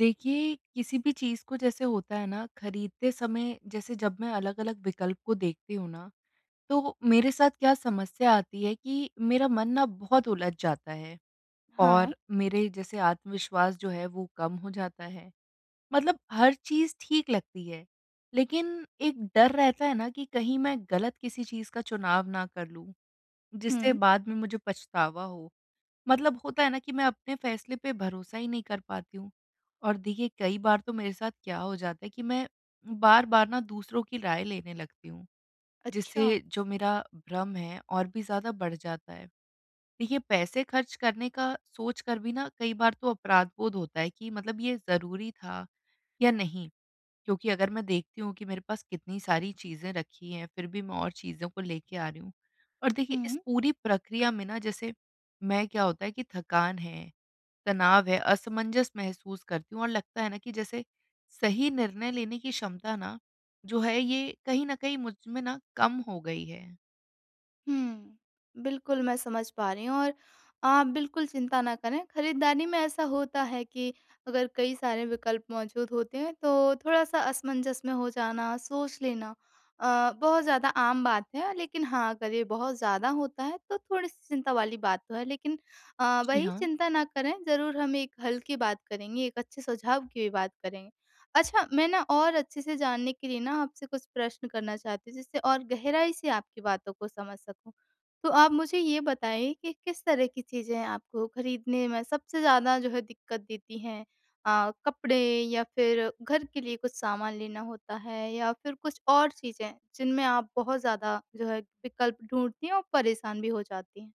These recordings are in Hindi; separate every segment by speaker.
Speaker 1: देखिए, किसी भी चीज़ को जैसे होता है ना खरीदते समय जैसे जब मैं अलग-अलग विकल्प को देखती हूँ ना, तो मेरे साथ क्या समस्या आती है कि मेरा मन ना बहुत उलझ जाता है
Speaker 2: हाँ,
Speaker 1: और मेरे जैसे आत्मविश्वास जो है वो कम हो जाता है। मतलब हर चीज़ ठीक लगती है, लेकिन एक डर रहता है ना कि कहीं मैं गलत किसी चीज़ का चुनाव ना कर लूँ, जिससे
Speaker 2: हुँ,
Speaker 1: बाद में मुझे पछतावा हो। मतलब होता है ना कि मैं अपने फैसले पे भरोसा ही नहीं कर पाती हूँ। और देखिए कई बार तो मेरे साथ क्या हो जाता है कि मैं बार-बार ना दूसरों की राय लेने लगती हूँ,
Speaker 2: अच्छा,
Speaker 1: जिससे जो मेरा भ्रम है और भी ज़्यादा बढ़ जाता है। देखिए पैसे खर्च करने का सोच कर भी ना कई बार तो अपराध बोध होता है कि मतलब ये ज़रूरी था या नहीं? क्योंकि अगर मैं देखती हूँ कि मेरे पास कितनी सारी चीज़ें रखी हैं, फिर भी मैं और चीज़ों को लेके आ रही हूँ। और देखिए इस
Speaker 2: हुँ,
Speaker 1: पूरी प्रक्रिया में ना जैसे मैं क्या होता है कि थकान है, तनाव है, असमंजस महसूस करती हूँ और लगता है ना कि जैसे सही निर्णय लेने की क्षमता ना जो है ये कहीं न कहीं मुझ में ना कम हो गई है।
Speaker 2: हुँ। बिल्कुल, मैं समझ पा रही हूँ और आप बिल्कुल चिंता ना करें, खरीदारी में ऐसा होता है कि अगर कई सारे विकल्प मौजूद होते हैं, तो थोड़ा-सा असमंजस में हो जाना, सोच लेना बहुत ज़्यादा आम बात है। लेकिन हाँ, अगर ये बहुत ज़्यादा होता है, तो थोड़ी-सी चिंता वाली बात तो है। लेकिन
Speaker 1: जी
Speaker 2: वही
Speaker 1: हाँ।
Speaker 2: चिंता ना करें, ज़रूर हम एक हल की बात करेंगे, एक अच्छे सुझाव की भी बात करेंगे। अच्छा, मैं ना और अच्छे से जानने के लिए ना आपसे कुछ प्रश्न करना चाहती हूँ, जिससे और गहराई से आपकी बातों को समझ सकूँ। तो आप मुझे ये बताइए कि किस तरह की चीज़ें आपको खरीदने में सबसे ज़्यादा जो है दिक्कत देती हैं? कपड़े या फिर घर के लिए कुछ सामान लेना होता है या फिर कुछ और चीज़ें, जिनमें आप बहुत ज़्यादा जो है विकल्प ढूँढती हैं और परेशान भी हो जाती हैं?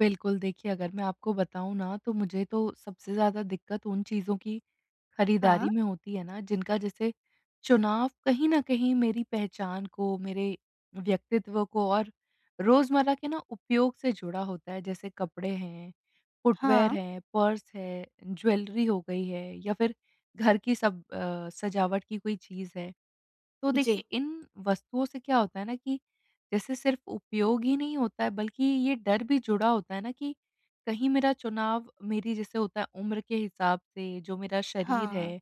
Speaker 1: बिल्कुल, देखिए अगर मैं आपको बताऊँ ना तो मुझे तो सबसे ज़्यादा दिक्कत उन चीज़ों की
Speaker 2: हाँ।
Speaker 1: खरीदारी में होती है ना जिनका जैसे चुनाव कहीं न कहीं मेरी पहचान को, मेरे व्यक्तित्व को और रोज़मर्रा के ना उपयोग से जुड़ा होता है। जैसे कपड़े हैं, फुटवियर
Speaker 2: हाँ,
Speaker 1: हैं, पर्स है, ज्वेलरी हो गई है या फिर घर की सब सजावट की कोई चीज़ है। तो
Speaker 2: जी।
Speaker 1: देखिए इन वस्तुओं से क्या होता है ना कि जैसे सिर्फ उपयोग ही नहीं होता है, बल्कि ये डर भी जुड़ा होता है ना कि कहीं मेरा चुनाव मेरी जैसे होता है उम्र के हिसाब से जो मेरा शरीर
Speaker 2: हाँ,
Speaker 1: है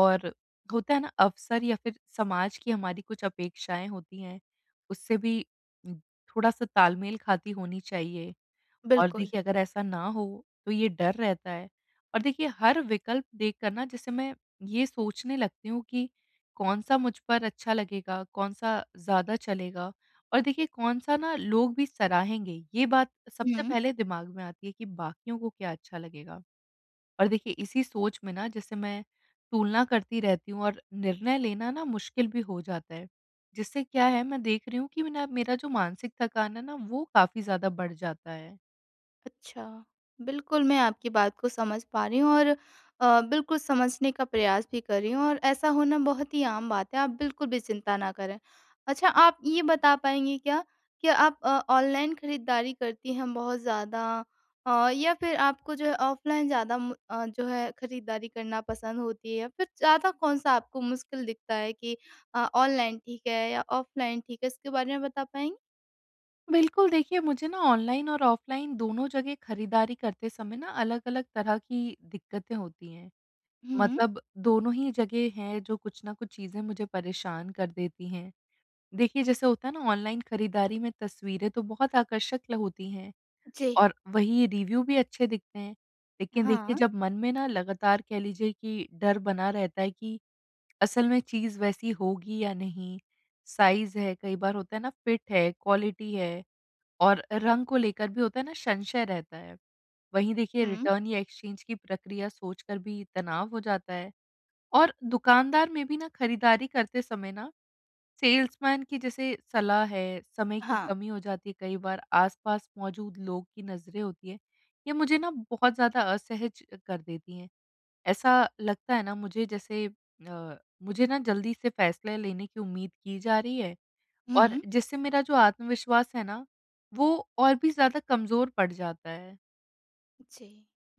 Speaker 1: और होता है ना अवसर या फिर समाज की हमारी कुछ अपेक्षाएं होती हैं, उससे भी न- थोड़ा सा तालमेल खाती होनी चाहिए। और
Speaker 2: बिल्कुल।
Speaker 1: देखिए अगर ऐसा ना हो तो ये डर रहता है। और देखिए हर विकल्प देखकर ना जैसे मैं ये सोचने लगती हूँ कि कौन-सा मुझ पर अच्छा लगेगा, कौन-सा ज़्यादा चलेगा और देखिए कौन-सा ना लोग भी सराहेंगे। ये बात सबसे
Speaker 2: हुँ।
Speaker 1: पहले दिमाग में आती है कि बाकियों को क्या अच्छा लगेगा। और देखिए इसी सोच में ना जैसे मैं तुलना करती रहती हूँ और निर्णय लेना ना मुश्किल भी हो जाता है। जिससे क्या है, मैं देख रही हूँ कि ना मेरा जो मानसिक थकान है ना वो काफ़ी ज़्यादा बढ़ जाता है।
Speaker 2: अच्छा, बिल्कुल मैं आपकी बात को समझ पा रही हूँ और बिल्कुल समझने का प्रयास भी कर रही हूँ और ऐसा होना बहुत ही आम बात है, आप बिल्कुल भी चिंता ना करें। अच्छा, आप ये बता पाएँगी क्या कि आप ऑनलाइन खरीदारी करती हैं बहुत ज़्यादा या फिर आपको जो है ऑफ़लाइन ज़्यादा जो है खरीदारी करना पसंद होती है या फिर ज़्यादा कौन-सा आपको मुश्किल दिखता है कि ऑनलाइन ठीक है या ऑफ़लाइन ठीक है? इसके बारे में बता पाएँगी?
Speaker 1: बिल्कुल, देखिए मुझे ना ऑनलाइन और ऑफ़लाइन दोनों जगह खरीदारी करते समय ना अलग-अलग तरह की दिक्कतें होती हैं।
Speaker 2: हुँ।
Speaker 1: मतलब दोनों ही जगह हैं जो कुछ ना कुछ चीज़ें मुझे परेशान कर देती हैं। देखिए जैसे होता है ना ऑनलाइन खरीदारी में तस्वीरें तो बहुत आकर्षक ल होती हैं
Speaker 2: जी।
Speaker 1: और वही रिव्यू भी अच्छे दिखते हैं। लेकिन देखिए
Speaker 2: हाँ।
Speaker 1: जब मन में ना लगातार कह लीजिए कि डर बना रहता है कि असल में चीज़ वैसी होगी या नहीं? साइज़ है, कई बार होता है ना फिट है, क्वालिटी है। और रंग को लेकर भी होता है ना संशय रहता है। वहीं देखिए
Speaker 2: हुँ।
Speaker 1: रिटर्न या एक्सचेंज की प्रक्रिया सोचकर भी तनाव हो जाता है। और दुकानदार में भी ना खरीदारी करते समय ना सेल्समैन की जैसे सलाह है, समय की
Speaker 2: हाँ।
Speaker 1: कमी हो जाती है कई बार, आसपास मौजूद लोग की नज़रें होती हैं, ये मुझे ना बहुत ज़्यादा असहज कर देती हैं। ऐसा लगता है ना मुझे जैसे अ, मुझे ना जल्दी से फैसले लेने की उम्मीद की जा रही है और
Speaker 2: हुँ।
Speaker 1: जिससे मेरा जो आत्मविश्वास है ना, वो और भी ज़्यादा कमज़ोर पड़ जाता है।
Speaker 2: जी।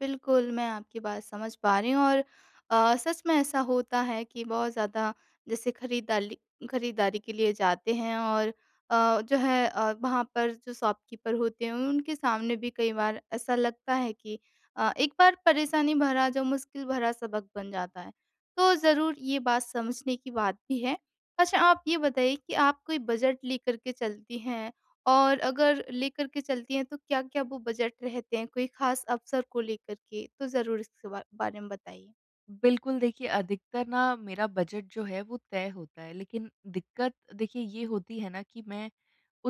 Speaker 2: बिल्कुल, मैं आपकी बात समझ पा रही हूँ और सच में ऐसा होता है कि बहुत ज़्यादा जैसे खरीदाली खरीदारी के लिए जाते हैं और वहाँ पर जो शॉपकीपर होते हैं, उनके सामने भी कई बार ऐसा लगता है कि एक बार परेशानी भरा जो मुश्किल भरा सबक बन जाता है। तो ज़रूर ये बात समझने की बात भी है। अच्छा, आप ये बताइए कि आप कोई बजट लेकर के चलती हैं? और अगर लेकर के चलती हैं तो क्या-क्या वो बजट रहते हैं कोई खास अवसर को लेकर के? तो ज़रूर इसके बा बारे में बताइए।
Speaker 1: बिल्कुल देखिए, अधिकतर ना मेरा बजट जो है वो तय होता है, लेकिन दिक्कत देखिए ये होती है ना कि मैं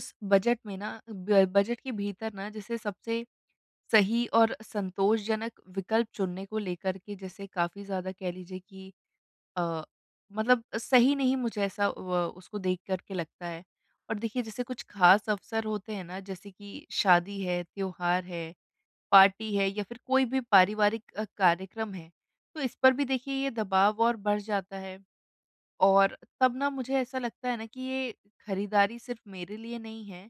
Speaker 1: उस बजट में ना ब बजट के भीतर ना जैसे सबसे सही और संतोषजनक विकल्प चुनने को लेकर के जैसे काफ़ी ज़्यादा कह लीजिए कि अ, मतलब सही नहीं, मुझे ऐसा व उसको देख कर के लगता है। और देखिए जैसे कुछ ख़ास अवसर होते हैं ना जैसे कि शादी है, त्योहार है, पार्टी है या फिर कोई भी पारिवारिक कार्यक्रम है, तो इस पर भी देखिए ये दबाव और बढ़ जाता है। और तब ना मुझे ऐसा लगता है ना कि ये खरीदारी सिर्फ़ मेरे लिए नहीं है,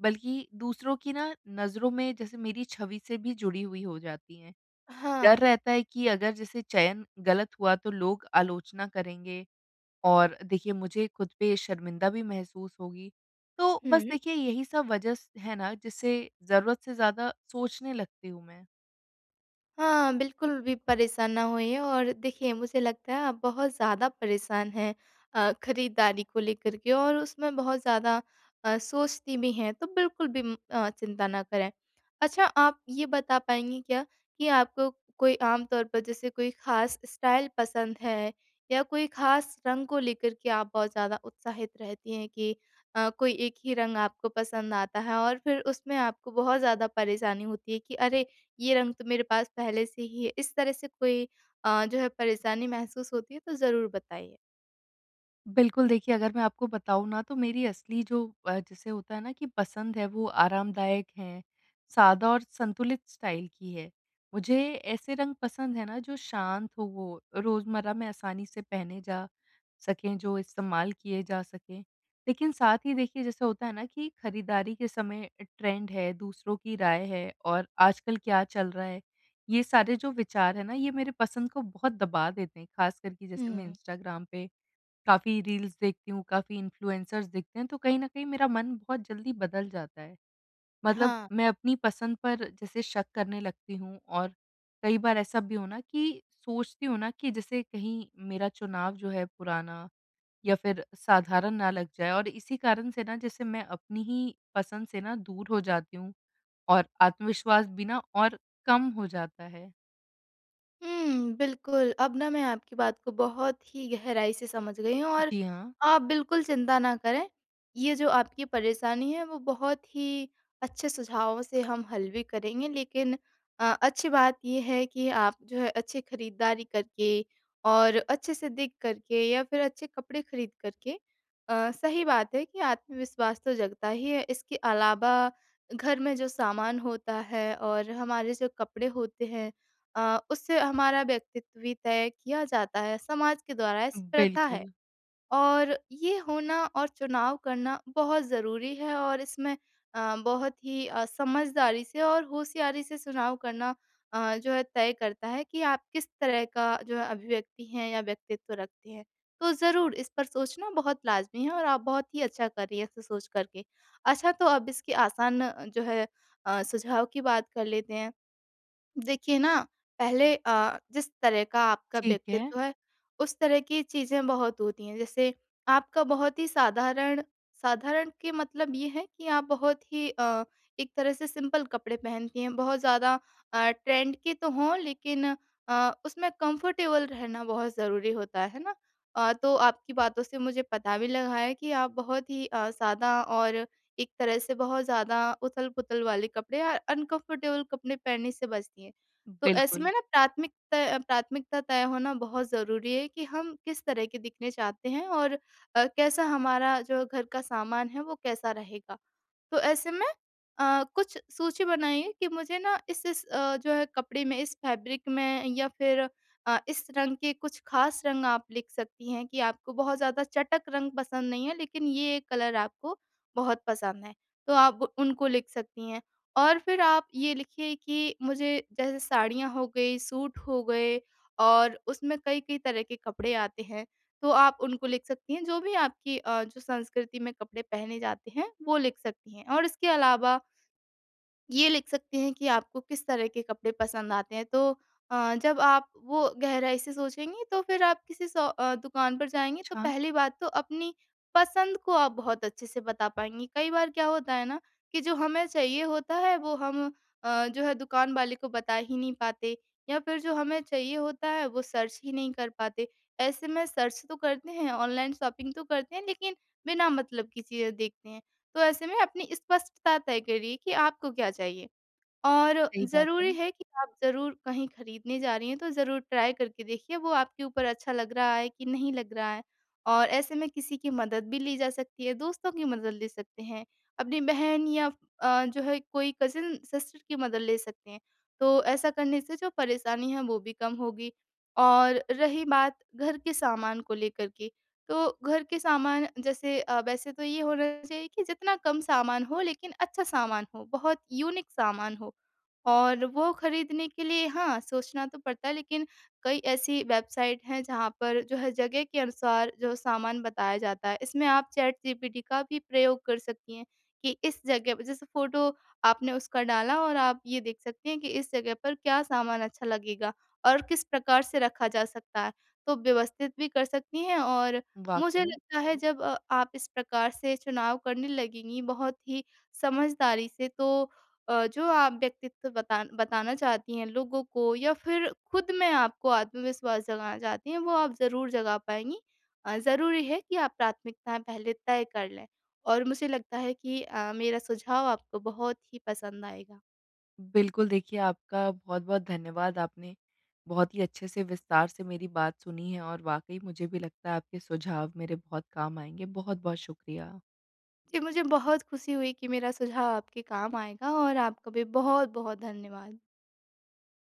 Speaker 1: बल्कि दूसरों की ना नज़रों में जैसे मेरी छवि से भी जुड़ी हुई हो जाती हैं। डर
Speaker 2: हाँ।
Speaker 1: रहता है कि अगर जैसे चयन गलत हुआ तो लोग आलोचना करेंगे और देखिए मुझे खुद पे शर्मिंदा भी महसूस होगी। तो बस
Speaker 2: हुँ।
Speaker 1: देखिए यही सब वजह स है ना, जिससे ज़रूरत से ज़्यादा सोचने लगती हूँ मैं।
Speaker 2: हाँ, बिल्कुल भी परेशान ना होइए और देखिए मुझे लगता है आप बहुत ज़्यादा परेशान हैं खरीदारी को लेकर के और उसमें बहुत ज़्यादा सोचती भी हैं, तो बिल्कुल भी चिंता ना करें। अच्छा आप ये बता पाएँगी क्या कि आपको कोई आम तौर पर जैसे कोई ख़ास स्टाइल पसंद है या कोई ख़ास रंग को लेकर के आप बहुत ज़्यादा उत्साहित रहती हैं कि कोई एक ही रंग आपको पसंद आता है और फिर उसमें आपको बहुत ज़्यादा परेशानी होती है कि अरे! ये रंग तो मेरे पास पहले से ही है। इस तरह से कोई जो है परेशानी महसूस होती है तो ज़रूर बताइए।
Speaker 1: बिल्कुल, देखिए अगर मैं आपको बताऊँ ना तो मेरी असली जो जिसे होता है ना कि पसंद है वो आरामदायक है, सादा और संतुलित स्टाइल की है। मुझे ऐसे रंग पसंद है ना जो शांत हो, वो रोज़मर्रा में आसानी से पहने जा सकें, जो इस्तेमाल किए जा सकें। लेकिन साथ ही देखिए जैसे होता है ना कि खरीदारी के समय ट्रेंड है, दूसरों की राय है और आजकल क्या चल रहा है, ये सारे जो विचार है ना ये मेरे पसंद को बहुत दबा देते हैं, ख़ास करके जैसे मैं
Speaker 2: हुँ।
Speaker 1: इंस्टाग्राम पे काफ़ी रील्स देखती हूँ, काफ़ी इन्फ्लुएंसर्स दिखते हैं, तो कहीं न कहीं मेरा मन बहुत जल्दी बदल जाता है। मतलब
Speaker 2: हाँ।
Speaker 1: मैं अपनी पसंद पर जैसे शक करने लगती हूँ और कई बार ऐसा भी हो ना कि सोचती हूँ ना कि जैसे कहीं मेरा चुनाव जो है पुराना या फिर साधारण ना लग जाए और इसी कारण से ना जैसे मैं अपनी ही पसंद से ना दूर हो जाती हूँ और आत्मविश्वास भी ना और कम हो जाता है।
Speaker 2: हुँ, बिल्कुल। अब ना मैं आपकी बात को बहुत ही गहराई से समझ गई हूँ और
Speaker 1: जी हाँ,
Speaker 2: आप बिल्कुल चिंता ना करें। ये जो आपकी परेशानी है वो बहुत ही अच्छे सुझावों से हम हल भी करेंगे लेकिन अच्छी बात ये है कि आप जो है अच्छी खरीदारी करके और अच्छे से दिख कर के या फिर अच्छे कपड़े खरीद कर के सही बात है कि आत्मविश्वास तो जगता ही है। इसके अलावा घर में जो सामान होता है और हमारे जो कपड़े होते हैं उससे हमारा व्यक्तित्व भी तय किया जाता है समाज के द्वारा, ऐसी प्रथा है।
Speaker 1: बिल्कुल।
Speaker 2: और ये होना और चुनाव करना बहुत ज़रूरी है और इसमें बहुत ही समझदारी से और होशियारी से चुनाव करना जो है तय करता है कि आप किस तरह का जो है अभिव्यक्ति हैं या व्यक्तित्व रखते हैं। तो ज़रूर इस पर सोचना बहुत लाज़मी है और आप बहुत ही अच्छा कर रही हैं ऐसे सोच कर के। अच्छा तो अब इसकी आसान जो है सुझाव की बात कर लेते हैं। देखिए ना, पहले जिस तरह का आपका
Speaker 1: ठीक है,
Speaker 2: व्यक्तित्व है, उस तरह की चीज़ें बहुत होती हैं। जैसे आपका बहुत ही साधारण साधारण के मतलब ये है कि आप बहुत ही एक तरह से सिंपल कपड़े पहनती हैं। बहुत ज़्यादा ट्रेंड के तो हों लेकिन उसमें कंफर्टेबल रहना बहुत ज़रूरी होता है ना? तो आपकी बातों से मुझे पता भी लगा है कि आप बहुत ही सादा और एक तरह से बहुत ज़्यादा उथल-पुथल वाले कपड़े या अनकंफर्टेबल कपड़े पहनने से बचती हैं। तो ऐसे
Speaker 1: बिल्कुल।
Speaker 2: में ना प्राथमिकता तय होना बहुत ज़रूरी है कि हम किस तरह के दिखने चाहते हैं और कैसा हमारा जो घर का सामान है वो कैसा रहेगा। तो ऐसे में कुछ सूची बनाइए कि मुझे ना इस जो है कपड़े में, इस फैब्रिक में या फिर इस रंग के कुछ खास रंग आप लिख सकती हैं कि आपको बहुत ज़्यादा चटक रंग पसंद नहीं है, लेकिन ये कलर आपको बहुत पसंद है, तो आप उनको लिख सकती हैं। और फिर आप ये लिखिए कि मुझे जैसे साड़ियाँ हो गई, सूट हो गए और उसमें कई-कई तरह के कपड़े आते हैं। तो आप उनको लिख सकती हैं, जो भी आपकी जो संस्कृति में कपड़े पहने जाते हैं, वो लिख सकती हैं। और इसके अलावा ये लिख सकते हैं कि आपको किस तरह के कपड़े पसंद आते हैं। तो जब आप वो गहराई से सोचेंगी तो फिर आप किसी दुकान पर जाएँगी तो
Speaker 1: अच्छा,
Speaker 2: पहली बात तो अपनी पसंद को आप बहुत अच्छे से बता पाएँगी। कई बार क्या होता है ना कि जो हमें चाहिए होता है वो हम जो है दुकान वाले को बता ही नहीं पाते या फिर जो हमें चाहिए होता है वो सर्च ही नहीं कर पाते। ऐसे में सर्च तो करते हैं, ऑनलाइन शॉपिंग तो करते हैं लेकिन बिना मतलब की चीज़ें देखते हैं। तो ऐसे में अपनी स्पष्टता तय करिए कि आपको क्या चाहिए। और
Speaker 1: सही बात
Speaker 2: ज़रूरी
Speaker 1: है,
Speaker 2: है कि आप ज़रूर कहीं खरीदने जा रही हैं, तो ज़रूर ट्राई करके देखिए वो आपके ऊपर अच्छा लग रहा है कि नहीं लग रहा है। और ऐसे में किसी की मदद भी ली जा सकती है, दोस्तों की मदद ले सकते हैं, अपनी बहन या जो है कोई कज़िन सिस्टर की मदद ले सकते हैं। तो ऐसा करने से जो परेशानी है वो भी कम होगी। और रही बात घर के सामान को लेकर के, तो घर के सामान जैसे वैसे तो ये होना चाहिए कि जितना कम सामान हो लेकिन अच्छा सामान हो, बहुत यूनिक सामान हो। और वो खरीदने के लिए हाँ, सोचना तो पड़ता है लेकिन कई ऐसी वेबसाइट हैं जहाँ पर जो है जगह के अनुसार जो सामान बताया जाता है। इसमें आप चैट जीपीटी का भी प्रयोग कर सकती हैं कि इस जगह पे जैसे फ़ोटो आपने उसका डाला और आप ये देख सकती हैं कि इस जगह पर क्या सामान अच्छा लगेगा और किस प्रकार से रखा जा सकता है। तो व्यवस्थित भी कर सकती हैं और मुझे
Speaker 1: वाक़ई।
Speaker 2: लगता है जब आप इस प्रकार से चुनाव करने लगेंगी बहुत ही समझदारी से तो जो आप व्यक्तित्व बता बताना चाहती हैं लोगों को या फिर खुद में आपको आत्मविश्वास जगाना चाहती हैं, वो आप ज़रूर जगा पाएँगी। ज़रूरी है कि आप प्राथमिकताएँ पहले तय कर लें और मुझे लगता है कि मेरा सुझाव आपको बहुत ही पसंद आएगा।
Speaker 1: बिल्कुल, देखिए आपका बहुत-बहुत धन्यवाद। आपने बहुत ही अच्छे से विस्तार से मेरी बात सुनी है और वाक़ई मुझे भी लगता है आपके सुझाव मेरे बहुत काम आएँगे। बहुत-बहुत शुक्रिया।
Speaker 2: जी, मुझे बहुत खुशी हुई कि मेरा सुझाव आपके काम आएगा और आपका भी बहुत-बहुत धन्यवाद।